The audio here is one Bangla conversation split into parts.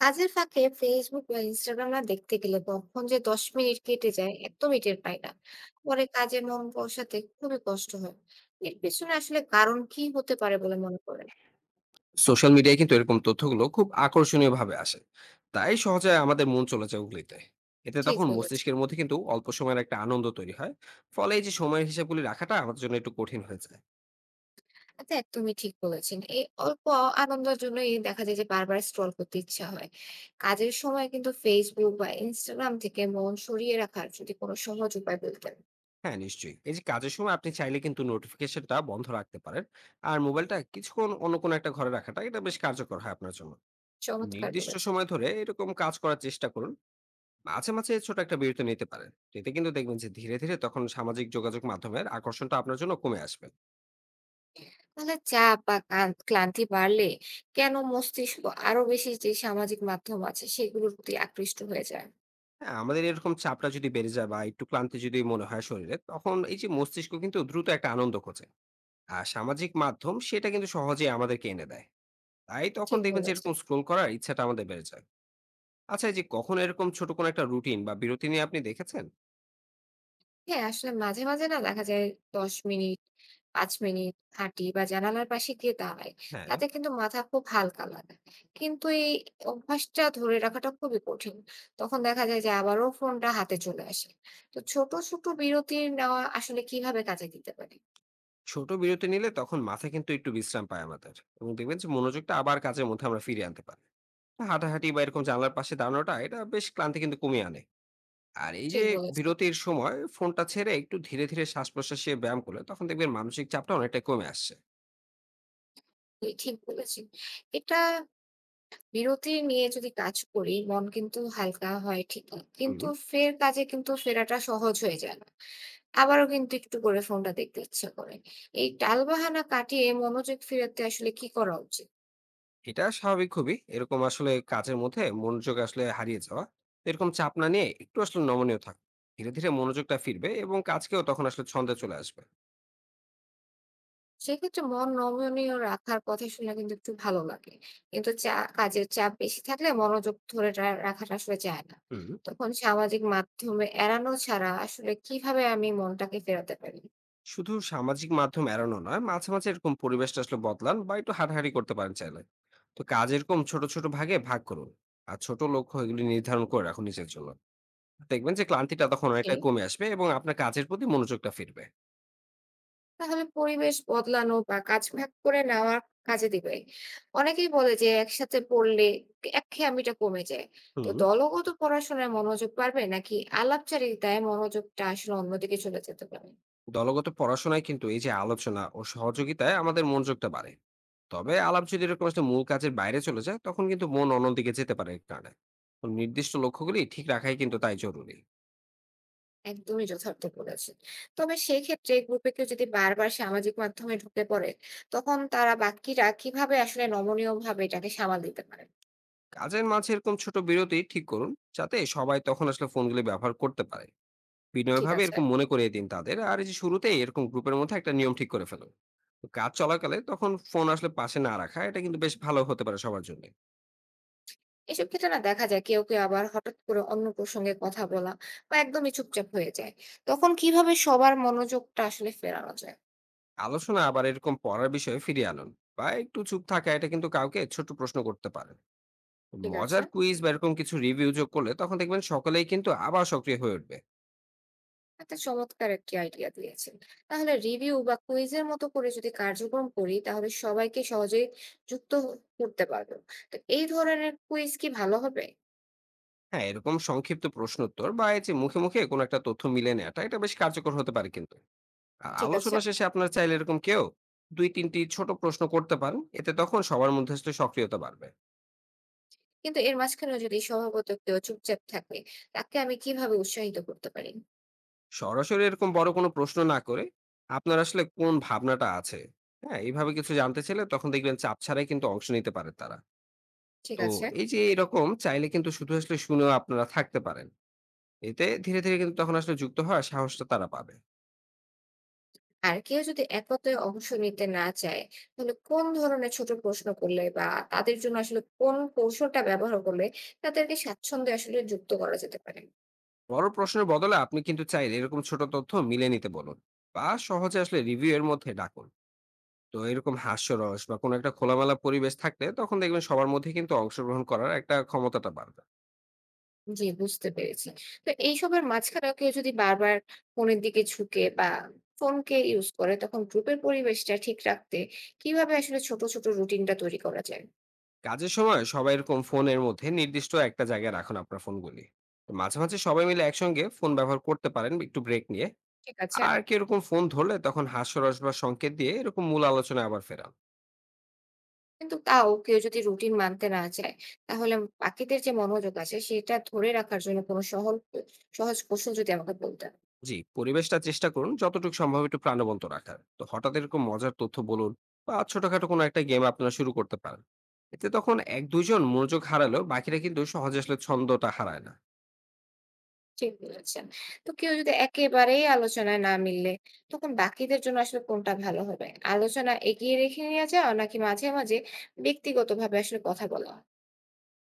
কাজের ফাঁকে ফেসবুক বা ইনস্টাগ্রাম না দেখতে গেলে কখন যে 10 মিনিট কেটে যায় একদমই টের পাই না। পরে কাজে মন বসাতে খুবই কষ্ট হয়। এর পেছনে আসলে কারণ কি হতে পারে বলে মনে করেন? সোশ্যাল মিডিয়ায় কিন্তু এরকম তথ্যগুলো খুব আকর্ষণীয় ভাবে আসে। তাই সহজে আমাদের মন চলে যায় ওগুলিতে। এতে ঠিক তখন বলেছেন। মস্তিষ্কের মধ্যে কিন্তু অল্প সময়ের একটা আনন্দ তৈরি হয়। ফলে এই যে সময়ের হিসাবগুলি রাখাটা আমাদের জন্য একটু কঠিন হয়ে যায়। আচ্ছা, একদমই ঠিক বলেছেন। এই অল্প আনন্দের জন্যই দেখা যায় যে বারবার স্ক্রল করতে ইচ্ছা হয়। কাজের সময় কিন্তু ফেসবুক বা ইনস্টাগ্রাম থেকে মন সরিয়ে রাখার যদি কোনো সহজ উপায় বলতেন। হ্যাঁ, নিশ্চয়ই। এই যে কাজের সময় আপনি চাইলে কিন্তু নোটিফিকেশনটা বন্ধ রাখতে পারেন। আর মোবাইলটা কিছুক্ষণ অন্য কোনো একটা ঘরে রাখাটা এটা বেশ কার্যকর হয় আপনার জন্য। চমৎকার নির্দিষ্ট বলেছেন। সময় ধরে এরকম কাজ করার চেষ্টা করুন। মাঝে, মাঝে ছোট একটা বিরতি নিতে পারেন। এতে কিন্তু দেখবেন যে ধীরে, ধীরে তখন সামাজিক যোগাযোগ মাধ্যমের আকর্ষণটা আপনার জন্য কমে আসবে। তাহলে চাপ বা ক্লান্তি বাড়লে কেন মস্তিষ্ক আরো বেশি যে সামাজিক মাধ্যম আছে সেগুলোর প্রতি আকৃষ্ট হয়ে যায়? হ্যাঁ, আমাদের এরকম চাপটা যদি বেড়ে যায় বা একটু ক্লান্তি যদি মনে হয় শরীরে, তখন এই যে মস্তিষ্ক কিন্তু দ্রুত একটা আনন্দ খোঁজে। আর সামাজিক মাধ্যম সেটা কিন্তু সহজে আমাদেরকে এনে দেয়। তাই তখন ঠিক দেখবেন যে বলেছেন। এরকম স্ক্রোল করার ইচ্ছাটা আমাদের বেড়ে যায়। আচ্ছা, এই যে কখন এরকম ছোট কোনো একটা রুটিন বা বিরতি নিয়ে আপনি দেখেছেন? হ্যাঁ, আসলে মাঝে মাঝে না দেখা যায় 10 মিনিট, 5 মিনিট হাঁটি বা জানালার পাশে গিয়ে দাঁড়াই। হ্যাঁ, তাতে কিন্তু মাথা খুব হালকা লাগে, কিন্তু এই অভ্যাসটা ধরে রাখাটা খুবই কঠিন। তখন দেখা যায় যে আবারও ফোনটা হাতে চলে আসে। তো ছোট ছোট বিরতি নেওয়া আসলে কিভাবে কাজে দিতে পারে? ছোট বিরতি নিলে তখন মাথা কিন্তু একটু বিশ্রাম পায় আমাদের, এবং দেখবেন যে মনোযোগটা আবার কাজের মধ্যে আমরা ফিরিয়ে আনতে পারি। হাঁটাহাঁটি বা এরকম জানলার পাশে দাঁড়ানোটা এটা বেশ ক্লান্তি কিন্তু কমিয়ে আনে। আর এই ঠিক যে বলেছেন। বিরতির সময় ফোনটা ছেড়ে একটু ধীরে ধীরে শ্বাস প্রশ্বাসে ব্যায়াম করলে, তখন দেখবেন মানসিক চাপটা অনেকটা কমে আসছে। ঠিক বলেছেন। এটা, বিরতি নিয়ে যদি কাজ করি মন কিন্তু হালকা হয় ঠিকই, হুম, কিন্তু ফের কাজে কিন্তু ফেরাটা সহজ হয়ে যায় না। আবারও কিন্তু একটু করে ফোনটা দেখতে ইচ্ছে করে। এই টালবাহানা কাটিয়ে মনোযোগ ফেরাতে আসলে কি করা উচিত? এটা স্বাভাবিক খুবই, এরকম আসলে কাজের মধ্যে মনোযোগ আসলে হারিয়ে যাওয়া। এরকম চাপ না নিয়ে একটু আসলে নমনীয় থাক। ধীরে ধীরে মনোযোগটা ফিরবে এবং কাজকেও তখন আসলে ছন্দে চলে আসবে। সেক্ষেত্রে মন নমনীয় রাখার কথা শুনে কিন্তু একটু ভালো লাগে। কিন্তু চা কাজের চাপ বেশি থাকলে মনোযোগ ধরে রাখাটা আসলে যায় না। হুম। তখন সামাজিক মাধ্যমে এড়ানো ছাড়া আসলে কিভাবে আমি মনটাকে ফেরাতে পারি? শুধু সামাজিক মাধ্যম এড়ানো নয়, মাঝে মাঝে এরকম পরিবেশটা আসলে বদলান বা একটু হাঁটাহাঁটি করতে পারেন চাইলে। তো কাজ এরকম ছোট ছোট ভাগে ভাগ করুন। আর ছোট লক্ষ্য এগুলি নির্ধারণ করে রাখুন নিজের জন্য। দেখবেন যে ক্লান্তিটা তখন অনেকটা কমে আসবে এবং আপনার কাজের প্রতি মনোযোগটা ফিরবে। তাহলে পরিবেশ বদলানো বা কাজ ভাগ করে নেওয়া কাজে দিবে। অনেকেই বলে যে একসাথে পড়লে একঘেয়েমিটা কমে যায়। তো হুম। দলগত পড়াশোনায় মনোযোগ বাড়বে নাকি আলাপচারিতায় মনোযোগটা আসলে অন্যদিকে চলে যেতে পারে? দলগত পড়াশোনায় কিন্তু এই যে আলোচনা ও সহযোগিতায় আমাদের মনোযোগটা বাড়ে। তবে আলাপ যদি এরকম একটা মূল কাজের বাইরে চলে যায়, তখন কিন্তু মন অন্যদিকে যেতে পারে এর কারণে। তো নির্দিষ্ট লক্ষ্যগুলি ঠিক রাখাই কিন্তু তাই জরুরি। একদমই যথার্থ বলেছেন। তবে সেক্ষেত্রে গ্রুপে কেউ যদি বারবার সামাজিক মাধ্যমে ঢুকে পড়ে, তখন তারা বাকিরা কিভাবে আসলে নমনীয়ভাবে এটাকে সামাল দিতে পারে? কাজের মাঝে এরকম ছোট বিরতি ঠিক করুন, যাতে সবাই তখন আসলে ফোনগুলি ব্যবহার করতে পারে। বিনয় ঠিক ভাবে আছে। এরকম মনে করিয়ে দিন তাদের, আর এই যে শুরুতেই এরকম গ্রুপের মধ্যে একটা নিয়ম ঠিক করে ফেলুন। তো কাজ চলাকালে তখন ফোন আসলে পাশে না রাখা, এটা কিন্তু বেশ ভালো হতে পারে সবার জন্য। এসব ক্ষেত্রে না দেখা যায় কেউ কেউ আবার হঠাৎ করে অন্য প্রসঙ্গে কথা বলা বা একদমই চুপচাপ হয়ে যায়। তখন কিভাবে সবার মনোযোগটা আসলে ফেরানো যায়? আলোচনা আবার এরকম পড়ার বিষয়ে ফিরিয়ে আনুন। বা একটু চুপ থাকা, এটা কিন্তু কাউকে ছোট প্রশ্ন করতে পারেন। ঠিক আছে। মজার কুইজ বা এরকম কিছু রিভিউ যোগ করলে তখন দেখবেন সকলেই কিন্তু আবার সক্রিয় হয়ে উঠবে। একটা চমৎকার একটি আইডিয়া দিয়েছেন। তাহলে রিভিউ বা কুইজের মতো করে যদি কার্যক্রম করি তাহলে সবাইকে সহজেই যুক্ত করতে পারবো। তো এই ধরনের কুইজ কি ভালো হবে? হ্যাঁ, এরকম সংক্ষিপ্ত প্রশ্নোত্তর বা এই যে মুখে মুখে কোনো একটা তথ্য মিলে নেওয়াটা, এটা বেশ কার্যকর হতে পারে কিন্তু। আর ঠিক আছে। আলোচনা শেষে আপনার চাইলে এরকম কেউ 2-3টি ছোট প্রশ্ন করতে পারেন। এতে তখন সবার মধ্যে আসলে সক্রিয়তা বাড়বে। কিন্তু এর মাঝখানেও যদি স্বভাবত কেউ চুপচাপ থাকে তাকে আমি কিভাবে উৎসাহিত করতে পারি? সরাসরি এরকম বড় কোনো প্রশ্ন না করে, আপনার আসলে কোন ভাবনাটা আছে, হ্যাঁ এইভাবে কিছু জানতে চাইলে তখন দেখবেন চাপ ছাড়াই কিন্তু অংশ নিতে পারে তারা। ঠিক তো আছে। এই যে এরকম চাইলে কিন্তু শুধু আসলে শুনেও আপনারা থাকতে পারেন। এতে ধীরে, ধীরে কিন্তু তখন আসলে যুক্ত হওয়ার সাহসটা তারা পাবে। আর কেউ যদি একতায় অংশ নিতে না চায় তাহলে কোন ধরনের ছোট প্রশ্ন করলে বা তাদের জন্য আসলে কোন কৌশলটা ব্যবহার করলে তাদেরকে স্বাচ্ছন্দ্যে আসলে যুক্ত করা যেতে পারে? বড় প্রশ্নের বদলে আপনি কিন্তু চাইলে এরকম ছোট তথ্য মিলিয়ে নিতে বলুন, বা সহজে আসলে রিভিউ এর মধ্যে ডাকুন। তো এরকম হাস্যরস বা কোনো একটা খোলামেলা পরিবেশ থাকলে তখন দেখবেন সবার মধ্যে কিন্তু অংশগ্রহণ করার একটা ক্ষমতাটা বাড়বে। জি, বুঝতে পেরেছি। তো এইসবের মাঝখানেও কেউ যদি বারবার ফোনের দিকে ঝুঁকে বা ফোনকে ইউজ করে তখন গ্রুপের পরিবেশটা ঠিক রাখতে কিভাবে আসলে ছোট ছোট রুটিনটা তৈরি করা যায়? কাজের সময় সবাই এরকম ফোনের মধ্যে নির্দিষ্ট একটা জায়গায় রাখুন আপনার ফোনগুলি। তো মাঝে, মাঝে সবাই মিলে একসঙ্গে ফোন ব্যবহার করতে পারেন একটু ব্রেক নিয়ে। ঠিক আছে। আর কি এরকম ফোন ধরলে তখন হাস্যরস বা সংকেত দিয়ে এরকম মূল আলোচনায় আবার ফেরান। কিন্তু তাও কেউ যদি রুটিন মানতে না চায়, তাহলে পাখিদের যে মনোযোগ আছে সেটা ধরে রাখার জন্য কোনো সহজ কৌশল যদি আমাকে বলতেন। জি, পরিবেশটা চেষ্টা করুন যতটুকু সম্ভব একটু প্রাণবন্ত রাখার। তো হঠাৎ এরকম মজার তথ্য বলুন, বা ছোটখাটো কোনো একটা গেম আপনারা শুরু করতে পারেন। এতে তখন এক দুইজন মনোযোগ হারালেও বাকিরা কিন্তু সহজে আসলে ছন্দটা হারায় না। ঠিক বলেছেন। তো কেউ যদি একেবারেই আলোচনায় না মিললে, তখন বাকিদের জন্য আসলে কোনটা ভালো হবে? আলোচনা এগিয়ে রেখে নিয়ে যাওয়া নাকি মাঝে, মাঝে ব্যক্তিগতভাবে আসলে কথা বলা?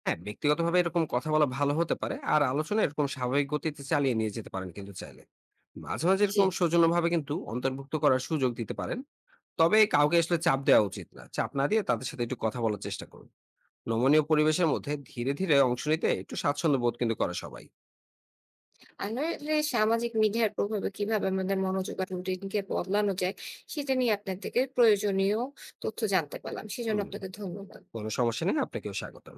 হ্যাঁ, ব্যক্তিগতভাবে এরকম কথা বলা ভালো হতে পারে। আর আলোচনা এরকম স্বাভাবিক গতিতে চালিয়ে নিয়ে যেতে পারেন কিন্তু চাইলে। মাঝে মাঝে জি। এরকম সৌজন্যভাবে কিন্তু অন্তর্ভুক্ত করার সুযোগ দিতে পারেন। তবে কাউকে আসলে চাপ দেওয়া উচিত না। চাপ না দিয়ে তাদের সাথে একটু কথা বলার চেষ্টা করুন। নমনীয় পরিবেশের মধ্যে ধীরে ধীরে অংশ নিতে একটু স্বাচ্ছন্দ্য বোধ কিন্তু করে সবাই। আসলে সামাজিক মিডিয়ার প্রভাবে কিভাবে আমাদের মনোযোগ আর রুটিনকে বদলানো যায়, সেটা নিয়ে আপনার থেকে প্রয়োজনীয় তথ্য জানতে পারলাম। সেজন্য হুম, আপনাকে ধন্যবাদ। কোনো সমস্যা নেই, আপনাকেও স্বাগতম।